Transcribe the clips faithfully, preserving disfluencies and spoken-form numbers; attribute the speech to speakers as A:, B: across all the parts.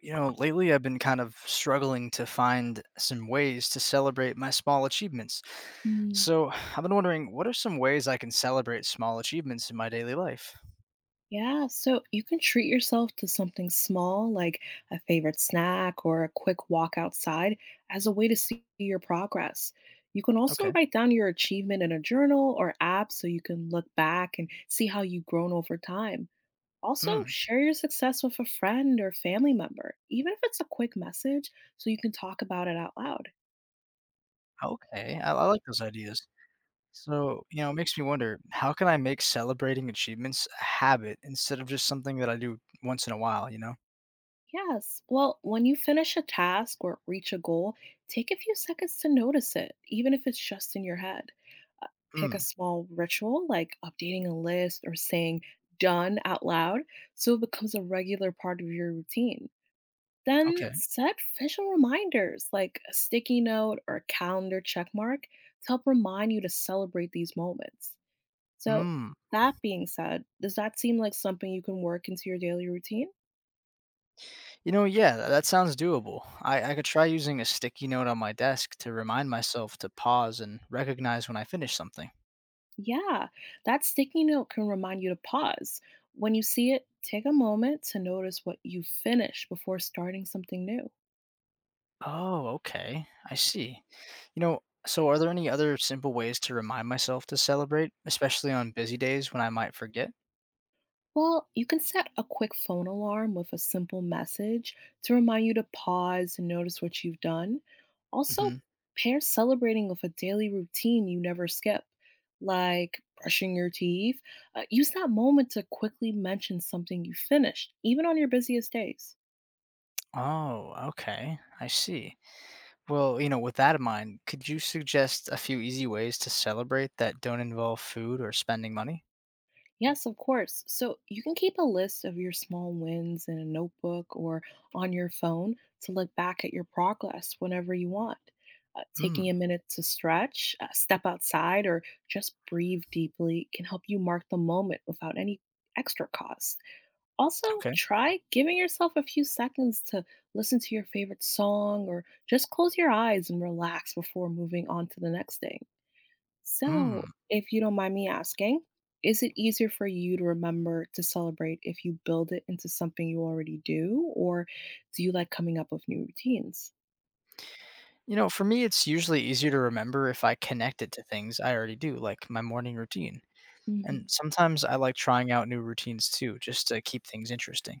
A: You know, lately I've been kind of struggling to find some ways to celebrate my small achievements.
B: Mm,
A: So I've been wondering, what are some ways I can celebrate small achievements in my daily life?
B: yeah, so you can treat yourself to something small like a favorite snack or a quick walk outside as a way to see your progress. You can also
A: Okay.
B: write down your achievement in a journal or app so you can look back and see how you've grown over time. Also,
A: Hmm.
B: share your success with a friend or family member, even if it's a quick message, so you can talk about it out loud.
A: Okay. I, I like those ideas. So, you know, it makes me wonder, how can I make celebrating achievements a habit instead of just something that I do once in a while, you know?
B: Yes. Well, when you finish a task or reach a goal, take a few seconds to notice it, even if it's just in your head. Uh, Pick a
A: Hmm.
B: small ritual like updating a list or saying done out loud so it becomes a regular part of your routine. Then
A: Okay.
B: set visual reminders like a sticky note or a calendar check mark to help remind you to celebrate these moments. So,
A: Hmm.
B: that being said, does that seem like something you can work into your daily routine?
A: You know, yeah, tha that sounds doable. I I could try using a sticky note on my desk to remind myself to pause and recognize when I finish something.
B: Yeah, that sticky note can remind you to pause. When you see it, take a moment to notice what you finished before starting something new.
A: Oh, okay. I see. You know, so are there any other simple ways to remind myself to celebrate, especially on busy days when I might forget?
B: Well, you can set a quick phone alarm with a simple message to remind you to pause and notice what you've done. Also,
A: Hmm.
B: pair celebrating with a daily routine you never skip, like brushing your teeth. Uh, use that moment to quickly mention something you finished, even on your busiest days.
A: Oh, okay. I see. Well, you know, with that in mind, could you suggest a few easy ways to celebrate that don't involve food or spending money?
B: Yes, of course. So you can keep a list of your small wins in a notebook or on your phone to look back at your progress whenever you want. Uh,
A: Hmm.
B: taking a minute to stretch, uh, step outside, or just breathe deeply can help you mark the moment without any extra cost. Also,
A: Okay.
B: try giving yourself a few seconds to listen to your favorite song or just close your eyes and relax before moving on to the next day. So,
A: Hmm.
B: if you don't mind me asking, is it easier for you to remember to celebrate if you build it into something you already do, or do you like coming up with new routines?
A: You know, for me, it's usually easier to remember if I connect it to things I already do, like my morning routine. And
B: hmm
A: sometimes I like trying out new routines too, just to keep things interesting.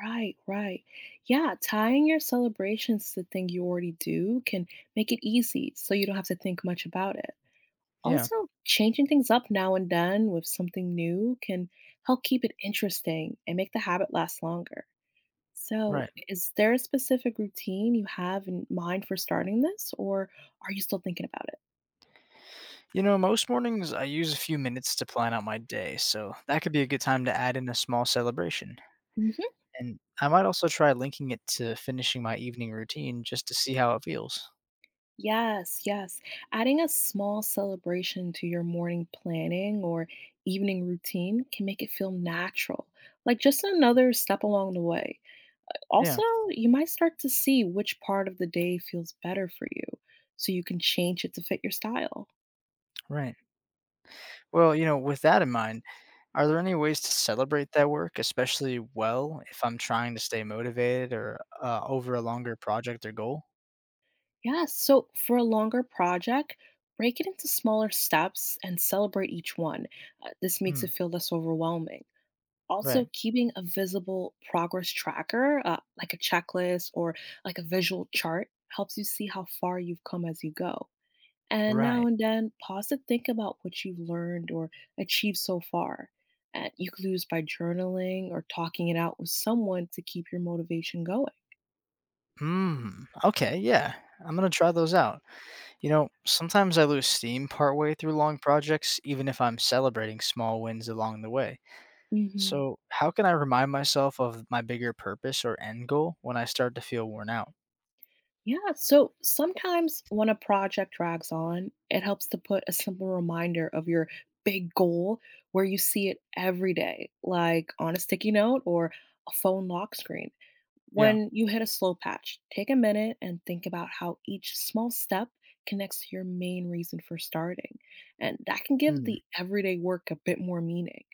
B: Right, right. Yeah, tying your celebrations to the thing you already do can make it easy so you don't have to think much about it.
A: Yeah,
B: Also, changing things up now and then with something new can help keep it interesting and make the habit last longer. So,
A: right.
B: is there a specific routine you have in mind for starting this, or are you still thinking about it?
A: You know, most mornings I use a few minutes to plan out my day, so that could be a good time to add in a small celebration.
B: hmm
A: And I might also try linking it to finishing my evening routine just to see how it feels.
B: Yes, yes. Adding a small celebration to your morning planning or evening routine can make it feel natural, like just another step along the way. Also,
A: Yeah,
B: you might start to see which part of the day feels better for you, so you can change it to fit your style.
A: right. Well, you know, with that in mind, are there any ways to celebrate that work, especially well, if I'm trying to stay motivated or, uh, over a longer project or goal?
B: Yeah, so for a longer project, break it into smaller steps and celebrate each one. Uh, this makes
A: Hmm,
B: it feel less overwhelming. Also,
A: right,
B: keeping a visible progress tracker, uh, like a checklist or like a visual chart, helps you see how far you've come as you go. And now
A: right.
B: and then, pause to think about what you've learned or achieved so far. And you could lose by journaling or talking it out with someone to keep your motivation going.
A: Mm, okay, yeah. I'm gonna try those out. You know, sometimes I lose steam partway through long projects, even if I'm celebrating small wins along the way.
B: Mhm.
A: So, how can I remind myself of my bigger purpose or end goal when I start to feel worn out?
B: Yeah, so sometimes when a project drags on, it helps to put a simple reminder of your big goal where you see it every day, like on a sticky note or a phone lock screen.
A: Yeah.
B: When you hit a slow patch, take a minute and think about how each small step connects to your main reason for starting. And that can give
A: Mm,
B: the everyday work a bit more meaning.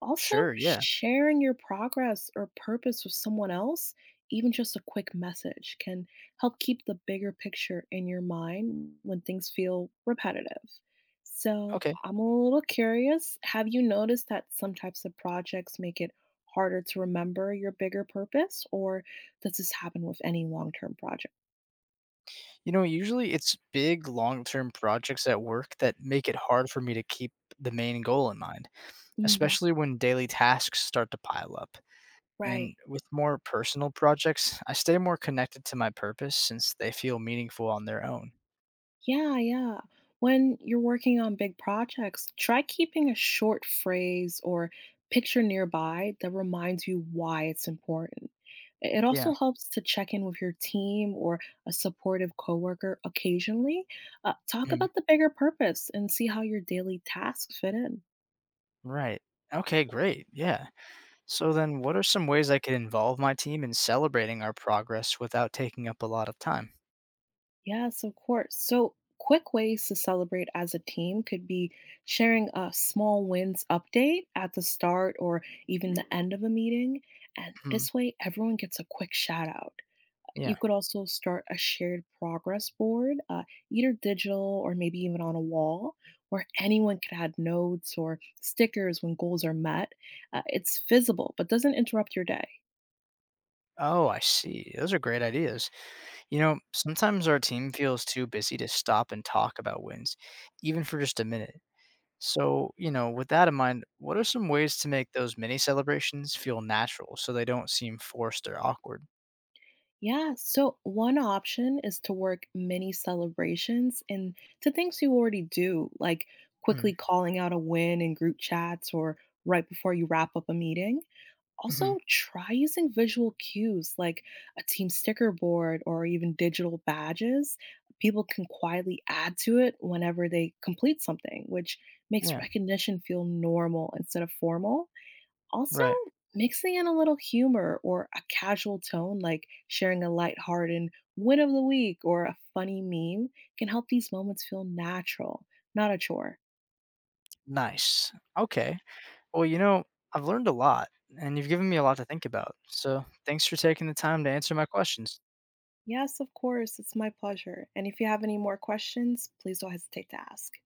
B: Also,
A: sure, yeah.
B: sharing your progress or purpose with someone else, even just a quick message, can help keep the bigger picture in your mind when things feel repetitive. So,
A: Okay.
B: I'm a little curious, have you noticed that some types of projects make it harder to remember your bigger purpose, or does this happen with any long term project?
A: You know, usually it's big long term projects at work that make it hard for me to keep the main goal in mind,
B: Mhm.
A: especially when daily tasks start to pile up.
B: Right.
A: And with more personal projects, I stay more connected to my purpose since they feel meaningful on their own.
B: Yeah, yeah. When you're working on big projects, try keeping a short phrase or picture nearby that reminds you why it's important. I- It
A: Yeah.
B: also helps to check in with your team or a supportive coworker occasionally. Uh, talk
A: Mm,
B: about the bigger purpose and see how your daily tasks fit in.
A: right. Okay, great. Yeah. So then, what are some ways I could involve my team in celebrating our progress without taking up a lot of time?
B: Yes, of course. So, quick ways to celebrate as a team could be sharing a small wins update at the start or even the end of a meeting. And
A: Hmm.
B: this way, everyone gets a quick shout out.
A: Yeah.
B: You could also start a shared progress board, uh, either digital or maybe even on a wall, where anyone could add notes or stickers when goals are met. Uh, it's visible, but doesn't interrupt your day.
A: Oh, I see. Those are great ideas. You know, sometimes our team feels too busy to stop and talk about wins, even for just a minute. So, you know, with that in mind, what are some ways to make those mini celebrations feel natural so they don't seem forced or awkward?
B: Yeah, so one option is to work mini celebrations and to things you already do, like quickly calling out a win in group chats or right before you wrap up a meeting.
A: Mm-hmm.
B: Also, try using visual cues like a team sticker board or even digital badges. People can quietly add to it whenever they complete something, which makes
A: Yeah,
B: recognition feel normal instead of formal. Also,
A: right.
B: mixing in a little humor or a casual tone, like sharing a lighthearted win of the week or a funny meme, can help these moments feel natural, not a chore.
A: Nice. Okay. Well, you know, I've learned a lot and you've given me a lot to think about. So, thanks for taking the time to answer my questions.
B: Yes, of course, it's my pleasure. And if you have any more questions, please don't hesitate to ask.